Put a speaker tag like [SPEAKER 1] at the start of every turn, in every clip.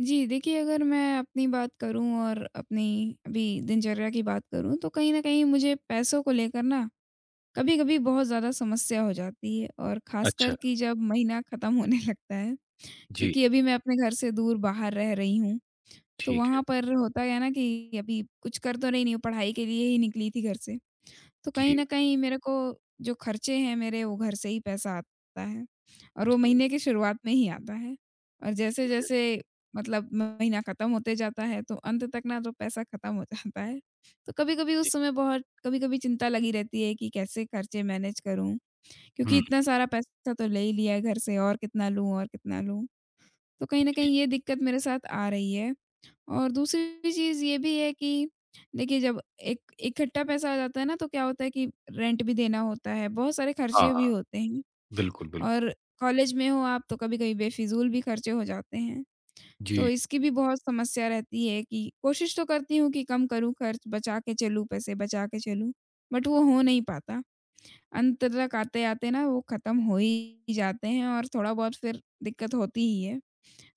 [SPEAKER 1] जी, देखिए अगर मैं अपनी बात करूँ और अपनी अभी दिनचर्या की बात करूँ तो कहीं न कहीं मुझे पैसों को लेकर ना कभी-कभी बहुत ज़्यादा समस्या हो जाती है और
[SPEAKER 2] अच्छा,
[SPEAKER 1] ख़ासकर कि जब महीना ख़त्म होने लगता है।
[SPEAKER 2] जी,
[SPEAKER 1] क्योंकि अभी मैं अपने घर से दूर बाहर रह रही हूँ, तो
[SPEAKER 2] ठीक है।
[SPEAKER 1] वहाँ पर होता है ना कि अभी कुछ कर तो नहीं रही हूँ, पढ़ाई के लिए ही निकली थी घर से। तो कहीं
[SPEAKER 2] जी,
[SPEAKER 1] न कहीं मेरे को जो खर्चे हैं मेरे वो घर से ही पैसा आता है और वो
[SPEAKER 2] जी,
[SPEAKER 1] महीने की शुरुआत में ही आता है। और
[SPEAKER 2] ठीक है,
[SPEAKER 1] जैसे-जैसे मतलब महीना खत्म होते जाता है तो अंत तक ना तो पैसा खत्म हो जाता है। तो कभी-कभी
[SPEAKER 2] जी।
[SPEAKER 1] उस समय बहुत कभी-कभी चिंता लगी रहती है कि कैसे खर्चे मैनेज करूँ? क्योंकि
[SPEAKER 2] हुँ,
[SPEAKER 1] इतना सारा पैसा तो ले ही लिया है घर से और कितना लूँ और कितना लूँ? तो कहीं न कहीं ये दिक्कत मेरे साथ आ रही है। और दूसरी चीज़ ये भी है कि देखिए जब एक इकट्ठा पैसा आ जाता है ना तो क्या होता है कि रेंट भी देना होता है, बहुत सारे
[SPEAKER 2] हाँ,
[SPEAKER 1] खर्चे भी
[SPEAKER 2] हाँ,
[SPEAKER 1] होते हैं
[SPEAKER 2] बिल्कुल, बिल्कुल।
[SPEAKER 1] और कॉलेज में हो आप तो कभी-कभी बेफिज़ूल भी खर्चे हो जाते हैं। तो
[SPEAKER 2] जी,
[SPEAKER 1] इसकी भी बहुत समस्या रहती है कि कोशिश तो करती हूँ कि कम करूँ खर्च, बचा के चलूँ, पैसे बचा के चलूँ, बट वो हो नहीं पाता। अंत तक आते-आते ना वो ख़त्म हो ही जाते हैं और थोड़ा बहुत फिर दिक्कत होती ही है।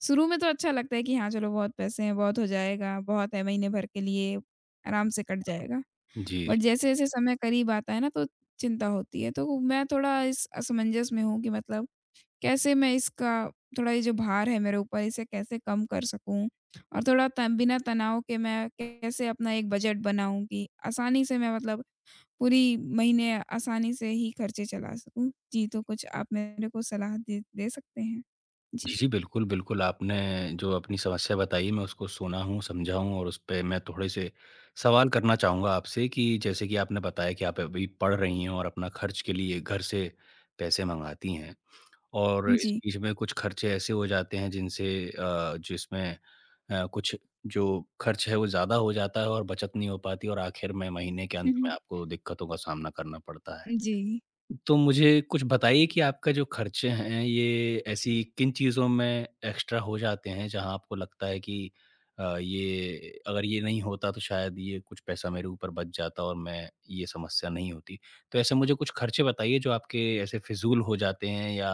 [SPEAKER 1] शुरू में तो अच्छा लगता है कि हाँ, चलो बहुत पैसे हैं, बहुत हो जाएगा, बहुत है महीने भर के लिए, आराम से कट जाएगा।
[SPEAKER 2] जी,
[SPEAKER 1] बट जैसे-जैसे समय करीब आता है ना तो चिंता होती है। तो मैं थोड़ा इस असमंजस में हूँ कि मतलब कैसे मैं इसका थोड़ा ये जो भार है मेरे ऊपर इसे कैसे कम कर सकूँ? और थोड़ा त बिना तनाव के मैं कैसे अपना एक बजट बनाऊँ कि आसानी से मैं मतलब पूरी महीने आसानी से ही खर्चे चला सकूँ। जी, तो कुछ आप मेरे को सलाह दे दे सकते हैं? जी।
[SPEAKER 2] जी, जी, बिल्कुल, बिल्कुल, आपने जो अपनी समस्या बताई मैं उसको सुना हूँ, समझा हूँ और उसपे मैं थोड़े से सवाल करना चाहूँगा आपसे कि जैसे कि आपने बताया कि आप अभी पढ़ रही हैं और अपना खर्च के लिए घर से पैसे मँगाती हैं। और इस
[SPEAKER 1] जी।
[SPEAKER 2] बीच में कुछ खर्चे ऐसे हो जाते हैं जिनसे जिसमें कुछ जो खर्च है वो ज़्यादा हो जाता है और बचत नहीं हो पाती और आखिर में महीने के अंत
[SPEAKER 1] हुँ,
[SPEAKER 2] में
[SPEAKER 1] हुँ।
[SPEAKER 2] आपको दिक्कतों का सामना करना पड़ता है।
[SPEAKER 1] जी।
[SPEAKER 2] तो मुझे कुछ बताइए कि आपका जो खर्चे हैं, ये ऐसी किन चीज़ों में एक्स्ट्रा हो जाते हैं, जहाँ आपको लगता है कि ये अगर ये नहीं होता तो शायद ये कुछ पैसा मेरे ऊपर बच जाता और मैं ये समस्या नहीं होती। तो ऐसे मुझे कुछ खर्चे बताइए जो आपके ऐसे फिज़ूल हो जाते हैं या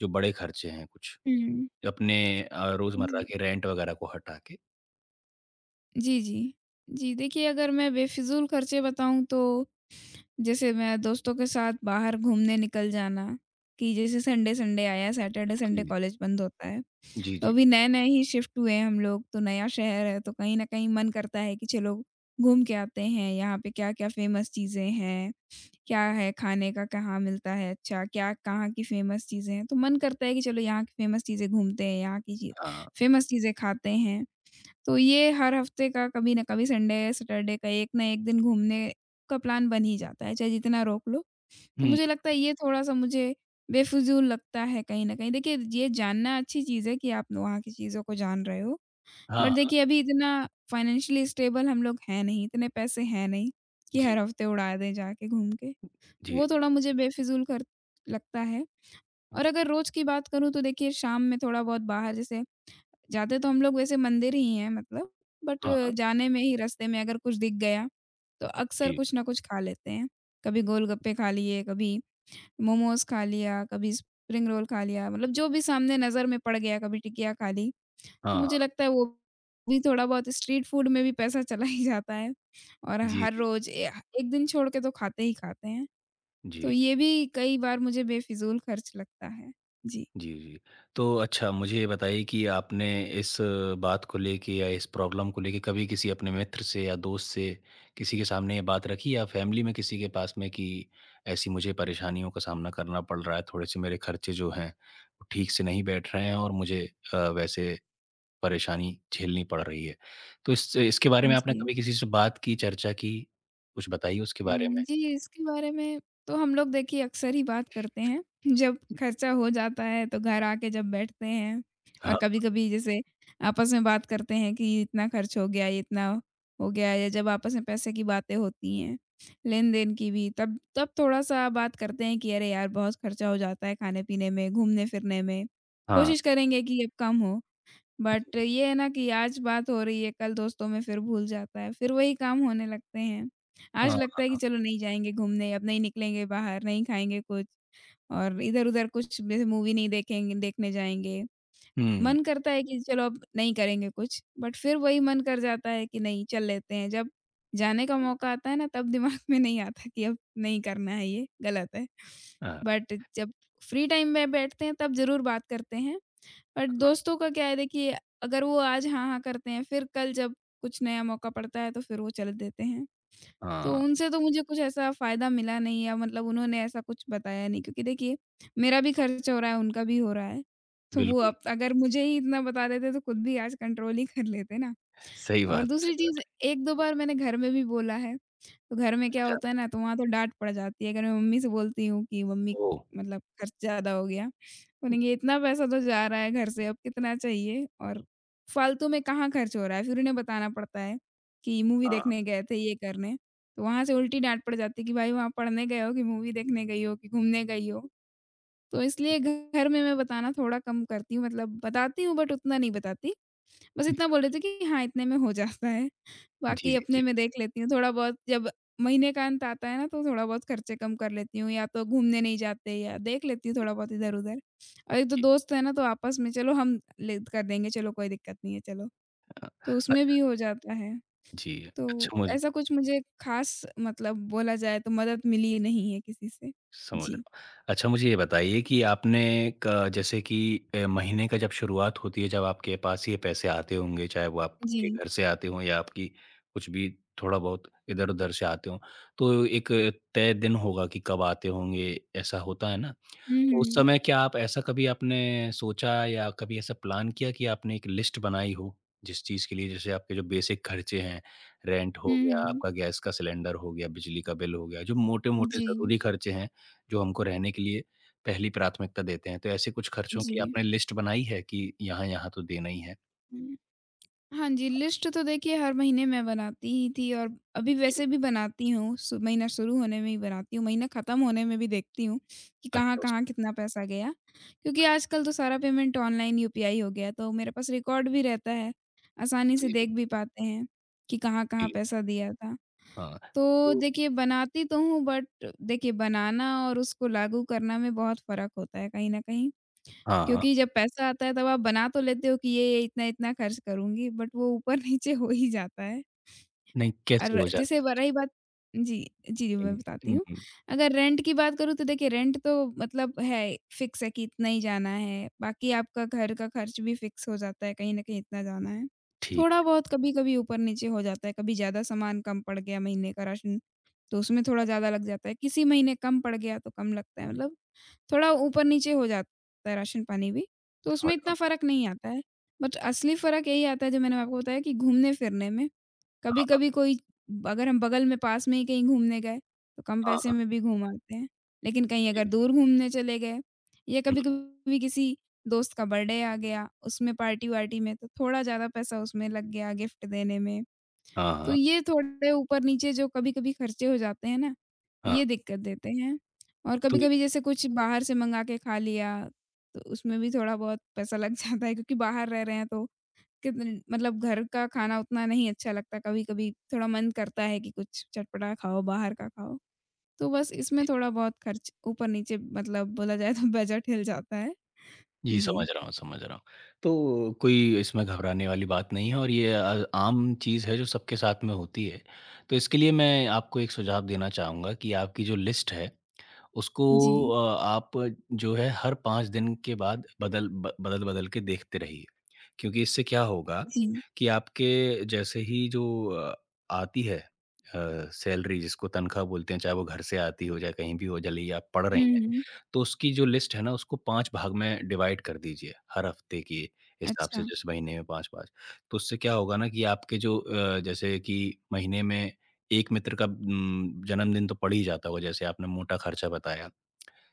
[SPEAKER 2] जो बड़े खर्चे हैं कुछ,
[SPEAKER 1] हुँ,
[SPEAKER 2] अपने रोज़मर्रा
[SPEAKER 1] जी।
[SPEAKER 2] के रेंट वगैरह को हटा के?
[SPEAKER 1] जी, जी। जी, देखिए अगर मैं बेफ़िज़ूल खर्चे बताऊँ तो जैसे मैं दोस्तों के साथ बाहर घूमने निकल जाना, कि जैसे संडे-संडे आया, सैटरडे-संडे
[SPEAKER 2] जी।
[SPEAKER 1] कॉलेज बंद होता है।
[SPEAKER 2] जी,
[SPEAKER 1] तो
[SPEAKER 2] जी।
[SPEAKER 1] अभी नए-नए ही शिफ्ट हुए हैं हम लोग, तो नया शहर है तो कहीं न कहीं मन करता है कि चलो घूम के आते हैं, यहाँ पे क्या-क्या फ़ेमस चीज़ें हैं। क्या है खाने का, कहाँ मिलता है अच्छा, क्या कहाँ की फ़ेमस चीज़ें हैं? तो मन करता है कि चलो यहाँ की फ़ेमस चीज़ें घूमते हैं, यहाँ की चीज़
[SPEAKER 2] हाँ।
[SPEAKER 1] फ़ेमस चीज़ें खाते हैं। तो ये हर हफ़्ते का कभी न कभी संडे, सैटरडे का एक ना एक दिन घूमने का प्लान बन ही जाता है, चाहे जितना रोक लो। तो
[SPEAKER 2] हुँ।
[SPEAKER 1] मुझे लगता है ये थोड़ा-सा मुझे बेफ़िज़ूल लगता है कहीं न कहीं। देखिए, ये जानना अच्छी चीज़ है कि आप वहाँ की चीज़ों को जान रहे हो।
[SPEAKER 2] हाँ,
[SPEAKER 1] बट
[SPEAKER 2] हाँ।
[SPEAKER 1] देखिए, अभी इतना फ़ाइनेंशियली स्टेबल हम लोग हैं नहीं, इतने पैसे हैं नहीं कि
[SPEAKER 2] जी,
[SPEAKER 1] हर हफ़्ते उड़ा दें जाके घूम के।
[SPEAKER 2] जी।
[SPEAKER 1] वो थोड़ा मुझे बेफ़िज़ूल खर्च लगता है और अगर रोज़ की बात करूँ तो देखिए शाम में थोड़ा-बहुत बाहर जैसे जाते तो हम लोग वैसे मंदिर ही हैं मतलब बट
[SPEAKER 2] हाँ, हाँ।
[SPEAKER 1] जाने में ही रास्ते में अगर कुछ दिख गया, तो अक्सर
[SPEAKER 2] जी।
[SPEAKER 1] कुछ ना कुछ खा लेते हैं। कभी गोलगप्पे खा लिए, कभी मोमोज़ खा लिया, कभी स्प्रिंग रोल खा लिया, मतलब जो भी सामने नज़र में पड़ गया, कभी टिकिया खा ली। तो
[SPEAKER 2] हाँ, हाँ।
[SPEAKER 1] मुझे लगता है वो भी थोड़ा-बहुत स्ट्रीट फूड में भी पैसा चला ही जाता है और
[SPEAKER 2] जी,
[SPEAKER 1] हर
[SPEAKER 2] जी।
[SPEAKER 1] रोज़ ए एक दिन छोड़ के तो खाते ही खाते हैं। तो
[SPEAKER 2] जी।
[SPEAKER 1] ये भी कई बार मुझे बेफिज़ूल खर्च लगता है। जी।
[SPEAKER 2] जी, जी। तो अच्छा मुझे ये बताइए कि आपने इस बात को लेके या इस प्रॉब्लम को लेके कभी किसी अपने मित्र से या दोस्त से किसी के सामने ये बात रखी या फैमिली में किसी के पास में कि ऐसी मुझे परेशानियों का सामना करना पड़ रहा है, थोड़े-से मेरे खर्चे जो हैं, वो ठीक से नहीं बैठ रहे हैं और मुझे वैसे परेशानी झेलनी पड़ रही है। तो इस इसके बारे में आपने
[SPEAKER 1] जी।
[SPEAKER 2] कभी किसी से बात की, चर्चा की? कुछ बताइए उसके बारे में?
[SPEAKER 1] जी, इसके बारे में तो हम लोग देखिए अक्सर ही बात करते हैं। जब खर्चा हो जाता है तो घर आके जब बैठते हैं
[SPEAKER 2] हाँ,
[SPEAKER 1] और कभी-कभी जैसे आपस में बात करते हैं कि इतना खर्च हो गया, ये इतना हो गया या जब आपस में पैसे की बातें होती हैं, लेन-देन की भी तब तब थोड़ा-सा बात करते हैं कि अरे यार! बहुत खर्चा हो जाता है खाने-पीने में, घूमने-फिरने में।
[SPEAKER 2] हाँ।
[SPEAKER 1] कोशिश करेंगे कि अब कम हो। बट
[SPEAKER 2] जी।
[SPEAKER 1] ये है ना कि आज बात हो रही है, कल दोस्तों में फिर भूल जाता है, फिर वही काम होने लगते हैं। आज
[SPEAKER 2] हाँ।
[SPEAKER 1] लगता है कि चलो नहीं जाएँगे घूमने, अब नहीं निकलेंगे बाहर, नहीं खाएँगे कुछ और इधर-उधर कुछ जैसे मूवी नहीं देखेंगे देखने जाएँगे।
[SPEAKER 2] हुँ।
[SPEAKER 1] मन करता है कि चलो अब नहीं करेंगे कुछ, बट फिर वही मन कर जाता है कि नहीं चल लेते हैं। जब जाने का मौका आता है ना तब दिमाग में नहीं आता कि अब नहीं करना है ये, गलत है।
[SPEAKER 2] हाँ,
[SPEAKER 1] बट जब फ्री टाइम में बैठते हैं तब ज़रूर बात करते हैं। बट
[SPEAKER 2] हाँ,
[SPEAKER 1] दोस्तों का क्या है देखिए अगर वो आज हाँ-हाँ करते हैं, फिर कल जब कुछ नया मौका पड़ता है तो फिर वो चल देते हैं। तो
[SPEAKER 2] हाँ।
[SPEAKER 1] उनसे तो मुझे कुछ ऐसा फ़ायदा मिला नहीं या मतलब उन्होंने ऐसा कुछ बताया नहीं क्योंकि देखिए मेरा भी खर्च हो रहा है, उनका भी हो रहा है। तो वो
[SPEAKER 2] बिल्कुल।
[SPEAKER 1] अब अगर मुझे ही इतना बता देते तो खुद भी आज कंट्रोल ही कर लेते ना।
[SPEAKER 2] सही
[SPEAKER 1] और
[SPEAKER 2] बात है, सही
[SPEAKER 1] दूसरी चीज़
[SPEAKER 2] बात है।
[SPEAKER 1] 1-2 बार मैंने घर में भी बोला है, तो घर में क्या
[SPEAKER 2] अच्छा,
[SPEAKER 1] होता है ना तो वहाँ तो डाँट पड़ जाती है। अगर मैं मम्मी से बोलती हूँ कि मम्मी
[SPEAKER 2] ओह!
[SPEAKER 1] मतलब खर्च ज़्यादा हो गया, बोलेंगे इतना पैसा तो जा रहा है घर से अब कितना चाहिए और फालतू में कहाँ खर्च हो रहा है? फिर उन्हें बताना पड़ता है कि मूवी
[SPEAKER 2] हाँ,
[SPEAKER 1] देखने गए थे, ये करने। तो वहाँ से उल्टी डाँट पड़ जाती है कि भाई वहाँ पढ़ने गए हो कि मूवी देखने गई हो कि घूमने गई हो? तो इसलिए घर में मैं बताना थोड़ा कम करती हूँ मतलब बताती हूँ बट उतना नहीं बताती। बस
[SPEAKER 2] जी,
[SPEAKER 1] इतना बोल
[SPEAKER 2] समझ
[SPEAKER 1] देती हूँ कि हाँ, इतने में हो जाता है।
[SPEAKER 2] जी,
[SPEAKER 1] बाकी
[SPEAKER 2] जी, जी,
[SPEAKER 1] अपने में देख लेती हूँ थोड़ा बहुत जब महीने का अंत आता है ना तो थोड़ा बहुत खर्चे कम कर लेती हूँ या तो घूमने नहीं जाते या देख लेती हूँ थोड़ा बहुत इधर-उधर। और एक तो
[SPEAKER 2] जी।
[SPEAKER 1] दोस्त है ना तो आपस में चलो हम ले कर देंगे चलो कोई दिक्कत नहीं है चलो।
[SPEAKER 2] अ,
[SPEAKER 1] तो उसमें
[SPEAKER 2] अच्छा
[SPEAKER 1] भी हो जाता है।
[SPEAKER 2] जी,
[SPEAKER 1] तो
[SPEAKER 2] अच्छा मुझ
[SPEAKER 1] ऐसा कुछ मुझे ख़ास मतलब बोला जाए तो मदद मिली नहीं है किसी से।
[SPEAKER 2] समझ रहा
[SPEAKER 1] जी।
[SPEAKER 2] हूँ। अच्छा मुझे ये बताइए कि आपने क जैसे कि महीने का जब शुरुआत होती है, जब आपके पास ये पैसे आते होंगे, चाहे वो आपके
[SPEAKER 1] जी।
[SPEAKER 2] घर से आते हों या आपकी कुछ भी थोड़ा बहुत इधर-उधर से आते हों, तो एक तय दिन होगा कि कब आते होंगे, ऐसा होता है ना?
[SPEAKER 1] हुँ,
[SPEAKER 2] तो उस
[SPEAKER 1] हुँ।
[SPEAKER 2] समय क्या आप ऐसा कभी आपने सोचा या कभी ऐसा प्लान किया कि आपने एक लिस्ट बनाई हो, जिस चीज़ के लिए जैसे आपके जो बेसिक खर्चे हैं, रेंट
[SPEAKER 1] हुँ,
[SPEAKER 2] हो गया,
[SPEAKER 1] हुँ।
[SPEAKER 2] आपका गैस का सिलेंडर हो गया, बिजली का बिल हो गया, जो मोटे-मोटे
[SPEAKER 1] जी,
[SPEAKER 2] ज़रूरी खर्चे हैं, जो हमको रहने के लिए पहली प्राथमिकता देते हैं। तो ऐसे कुछ खर्चों की
[SPEAKER 1] जी।
[SPEAKER 2] आपने लिस्ट बनाई है कि यहाँ-यहाँ तो देना ही है?
[SPEAKER 1] हुँ। हाँ जी, लिस्ट तो देखिए हर महीने मैं बनाती ही थी और अभी वैसे
[SPEAKER 2] जी।
[SPEAKER 1] भी बनाती हूँ, सु महीना शुरू होने में ही बनाती हूँ, महीना ख़त्म होने में भी देखती हूँ कि
[SPEAKER 2] अच्छा उस
[SPEAKER 1] कहाँ-कहाँ कितना पैसा गया। क्योंकि
[SPEAKER 2] अच्छा,
[SPEAKER 1] आजकल तो सारा पेमेंट ऑनलाइन यूपीआई हो गया है, तो मेरे पास रिकॉर्ड भी रहता है, आसानी से
[SPEAKER 2] जी, जी,
[SPEAKER 1] देख भी पाते हैं कि कहाँ-कहाँ
[SPEAKER 2] जी।
[SPEAKER 1] पैसा दिया था।
[SPEAKER 2] हाँ,
[SPEAKER 1] तो
[SPEAKER 2] तो
[SPEAKER 1] देखिए बनाती तो हूँ बट देखिए बनाना और उसको लागू करना में बहुत फ़र्क होता है कहीं न कहीं।
[SPEAKER 2] हाँ, हाँ।
[SPEAKER 1] क्योंकि जब पैसा आता है तब आप बना तो लेते हो कि ये इतना-इतना खर्च करूँगी, बट वो ऊपर-नीचे हो ही जाता है।
[SPEAKER 2] नहीं, कैसे
[SPEAKER 1] और
[SPEAKER 2] हो
[SPEAKER 1] जैसे ब
[SPEAKER 2] जाता
[SPEAKER 1] रही बात जी, जी, जी,
[SPEAKER 2] है?
[SPEAKER 1] मैं बताती
[SPEAKER 2] हुँ,
[SPEAKER 1] हूँ।
[SPEAKER 2] हुँ,
[SPEAKER 1] अगर रेंट की बात करूँ तो देखिए रेंट तो मतलब है, फिक्स है कि इतना ही जाना है, बाकी आपका घर का खर्च भी फिक्स हो जाता है, कहीं न कहीं इतना जाना है।
[SPEAKER 2] ठीक
[SPEAKER 1] थोड़ा
[SPEAKER 2] है,
[SPEAKER 1] बहुत कभी-कभी ऊपर-नीचे हो जाता है, कभी ज़्यादा सामान कम पड़ गया महीने का राशन, तो उसमें थोड़ा ज़्यादा लग जाता है, किसी महीने कम पड़ गया तो कम लगता है मतलब थोड़ा ऊपर-नीचे हो जाता है राशन पानी भी, तो
[SPEAKER 2] समझ
[SPEAKER 1] उसमें
[SPEAKER 2] रहा
[SPEAKER 1] इतना
[SPEAKER 2] हूँ।
[SPEAKER 1] फ़र्क नहीं आता है। बट असली फ़र्क यही आता है जो मैंने आपको बताया कि घूमने-फिरने में,
[SPEAKER 2] हाँ,
[SPEAKER 1] कभी-कभी कोई अगर हम बगल में पास में ही कहीं घूमने गए, तो कम
[SPEAKER 2] हाँ,
[SPEAKER 1] पैसे
[SPEAKER 2] हाँ,
[SPEAKER 1] में भी घूम आते हैं। लेकिन कहीं
[SPEAKER 2] जी।
[SPEAKER 1] अगर दूर घूमने चले गए या
[SPEAKER 2] हुँ,
[SPEAKER 1] कभी-कभी किसी दोस्त का बर्थडे आ गया, उसमें पार्टी-वार्टी में तो थोड़ा ज़्यादा पैसा उसमें लग गया गिफ्ट देने में।
[SPEAKER 2] हाँ,
[SPEAKER 1] तो
[SPEAKER 2] हाँ।
[SPEAKER 1] ये थोड़े ऊपर-नीचे जो कभी-कभी खर्चे हो जाते हैं ना,
[SPEAKER 2] हाँ,
[SPEAKER 1] ये दिक्कत देते हैं और
[SPEAKER 2] तो
[SPEAKER 1] कभी-कभी जैसे कुछ बाहर से मँगा के खा लिया, तो उसमें भी थोड़ा बहुत पैसा लग जाता है क्योंकि बाहर रह रहे हैं तो कितन मतलब घर का खाना उतना नहीं अच्छा लगता कभी-कभी थोड़ा मन करता है कि कुछ चटपटा खाओ, बाहर का खाओ। तो बस इसमें थोड़ा बहुत खर्च ऊपर-नीचे मतलब बोला जाए तो बजट हिल जाता है।
[SPEAKER 2] जी, समझ
[SPEAKER 1] जी।
[SPEAKER 2] रहा हूँ, समझ रहा हूँ। तो कोई इसमें घबराने वाली बात नहीं है और ये आम चीज़ है जो सबके साथ में होती है। तो इसके लिए मैं आपको एक सुझाव देना चाहूँगा कि आपकी जो लिस्ट है, उसको
[SPEAKER 1] जी।
[SPEAKER 2] आप जो है हर 5 दिन के बाद बदल-बदल के देखते रहिए। क्योंकि इससे क्या होगा
[SPEAKER 1] जी।
[SPEAKER 2] कि आपके जैसे ही जो अ, आती है सैलरी जिसको तनख्वाह बोलते हैं, चाहे वो घर से आती हो, चाहे कहीं भी हो, भले ही आप पढ़
[SPEAKER 1] हुँ,
[SPEAKER 2] रही हैं,
[SPEAKER 1] हुँ।
[SPEAKER 2] तो उसकी जो लिस्ट है ना, उसको 5 भाग में डिवाइड कर दीजिए, हर हफ्ते के हिसाब से,
[SPEAKER 1] अच्छा।
[SPEAKER 2] जैसे महीने में 5-5। तो उससे क्या होगा ना कि आपके जो जैसे कि महीने में 1 मित्र का जन्मदिन तो पड़ ही जाता होगा, जैसे आपने मोटा खर्चा बताया।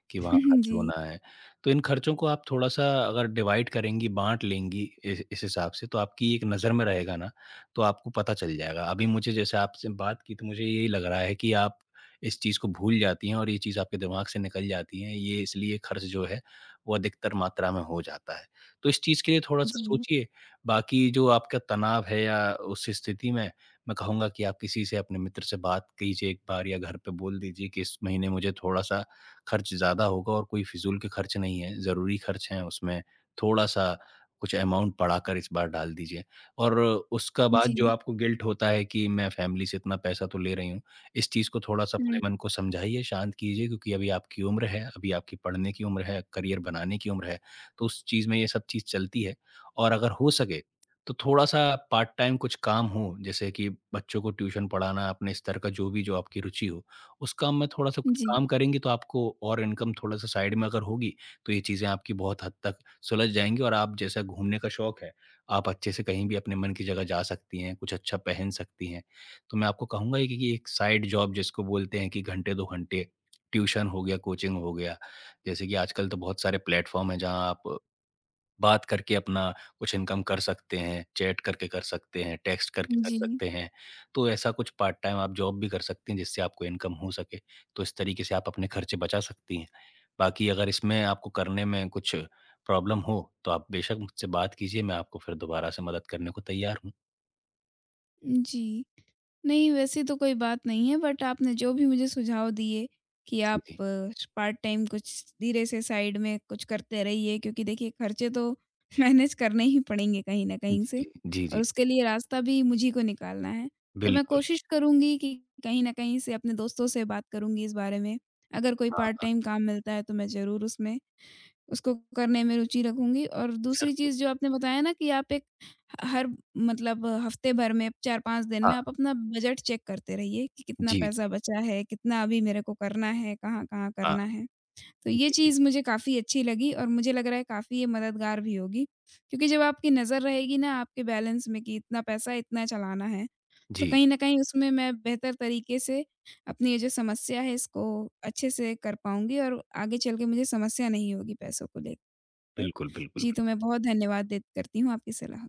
[SPEAKER 2] कि वहाँ खर्च
[SPEAKER 1] जी।
[SPEAKER 2] होना है। तो इन खर्चों को आप थोड़ा-सा अगर डिवाइड करेंगी, बाँट लेंगी इस हिसाब से तो आपकी एक नज़र में रहेगा ना, तो आपको पता चल जाएगा। अभी मुझे जैसे आपसे बात की तो मुझे यही लग रहा है कि आप इस चीज़ को भूल जाती हैं और ये चीज़ आपके दिमाग से निकल जाती है। ये इसलिए खर्च जो है वो अधिकतर मात्रा में हो जाता है। तो इस चीज़ के लिए थोड़ा-सा
[SPEAKER 1] जी।
[SPEAKER 2] सोचिए। बाकी जो आपका तनाव है या उस स्थिति में, मैं कहूँगा कि आप किसी से अपने मित्र से बात कीजिए एक बार या घर पे बोल दीजिए कि इस महीने मुझे थोड़ा-सा खर्च ज़्यादा होगा और कोई फिज़ूल के खर्च नहीं है, ज़रूरी खर्च हैं उसमें थोड़ा-सा कुछ अमाउंट बढ़ाकर इस बार डाल दीजिए। और उसका बाद जो
[SPEAKER 1] जी।
[SPEAKER 2] आपको गिल्ट होता है कि मैं फैमिली से इतना पैसा तो ले रही हूँ, इस चीज़ को थोड़ा-सा अपने
[SPEAKER 1] हुँ।
[SPEAKER 2] मन को समझाइए, शांत कीजिए क्योंकि अभी आपकी उम्र है, अभी आपकी पढ़ने की उम्र है, करियर बनाने की उम्र है, तो उस चीज़ में ये सब चीज़ चलती है। और अगर हो सके तो थोड़ा-सा पार्ट टाइम कुछ काम हो, जैसे कि बच्चों को ट्यूशन पढ़ाना अपने स्तर का जो भी जो आपकी रुचि हो, उस काम में थोड़ा-सा कुछ
[SPEAKER 1] जी।
[SPEAKER 2] काम करेंगी तो आपको और इनकम थोड़ा-सा साइड में अगर होगी, तो ये चीज़ें आपकी बहुत हद तक सुलझ जाएँगी और आप जैसा घूमने का शौक है, आप अच्छे से कहीं भी अपने मन की जगह जा सकती हैं, कुछ अच्छा पहन सकती हैं। तो मैं आपको कहूँगा ये कि एक साइड जॉब जिसको बोलते हैं कि घंटे 2 घंटे, ट्यूशन हो गया, कोचिंग हो गया। जैसे कि आजकल तो बहुत सारे प्लेटफ़ॉर्म हैं जहाँ आप बात करके अपना कुछ इनकम कर सकते हैं, चैट करके कर सकते हैं, टेक्स्ट करके कर
[SPEAKER 1] जी।
[SPEAKER 2] सकते हैं। तो ऐसा कुछ पार्ट टाइम आप जॉब भी कर सकती हैं जिससे आपको इनकम हो सके। तो इस तरीके से आप अपने खर्चे बचा सकती हैं। बाकी अगर इसमें आपको करने में कुछ प्रॉब्लम हो तो आप बेशक मुझसे बात कीजिए, मैं आपको फिर दोबारा से मदद करने को तैयार हूँ।
[SPEAKER 1] जी। नहीं, वैसी तो कोई बात नहीं है बट आपने जो भी मुझे सुझाव दिए कि
[SPEAKER 2] जी,
[SPEAKER 1] आप
[SPEAKER 2] जी।
[SPEAKER 1] पार्ट टाइम कुछ धीरे से साइड में कुछ करते रहिए क्योंकि देखिए खर्चे तो मैनेज करने ही पड़ेंगे कहीं न कहीं से
[SPEAKER 2] जी, जी,
[SPEAKER 1] और
[SPEAKER 2] जी।
[SPEAKER 1] उसके लिए रास्ता भी मुझी को निकालना है। तो मैं
[SPEAKER 2] बिल्कुल।
[SPEAKER 1] कोशिश करूँगी कि कहीं न कहीं से अपने दोस्तों से बात करूँगी इस बारे में। अगर कोई
[SPEAKER 2] हाँ,
[SPEAKER 1] पार्ट
[SPEAKER 2] हाँ।
[SPEAKER 1] टाइम काम मिलता है तो मैं ज़रूर उसमें उसको करने में रुचि रखूँगी और दूसरी
[SPEAKER 2] ज़रूर।
[SPEAKER 1] चीज़ जो आपने बताया ना कि आप एक ह हर मतलब हफ्ते भर में 4-5 दिन
[SPEAKER 2] हाँ।
[SPEAKER 1] में आप अपना बजट चेक करते रहिए कि कितना
[SPEAKER 2] जी,
[SPEAKER 1] पैसा
[SPEAKER 2] जी।
[SPEAKER 1] बचा है, कितना अभी मेरे को करना है, कहाँ-कहाँ
[SPEAKER 2] हाँ।
[SPEAKER 1] करना है। तो ये
[SPEAKER 2] जी, जी।
[SPEAKER 1] चीज़ मुझे काफ़ी अच्छी लगी और मुझे लग रहा है काफ़ी ये मददगार भी होगी। क्योंकि जब आपकी नज़र रहेगी ना आपके बैलेंस में कि इतना पैसा इतना चलाना है, तो
[SPEAKER 2] जी।
[SPEAKER 1] कहीं न कहीं उसमें मैं बेहतर तरीके से अपनी ये जो समस्या है इसको अच्छे से कर पाऊँगी और आगे चल के मुझे समस्या नहीं होगी पैसों को लेकर।
[SPEAKER 2] बिल्कुल, बिल्कुल,
[SPEAKER 1] जी, तो
[SPEAKER 2] बिल्कुल।
[SPEAKER 1] मैं बहुत धन्यवाद दे करती हूँ आपकी सलाह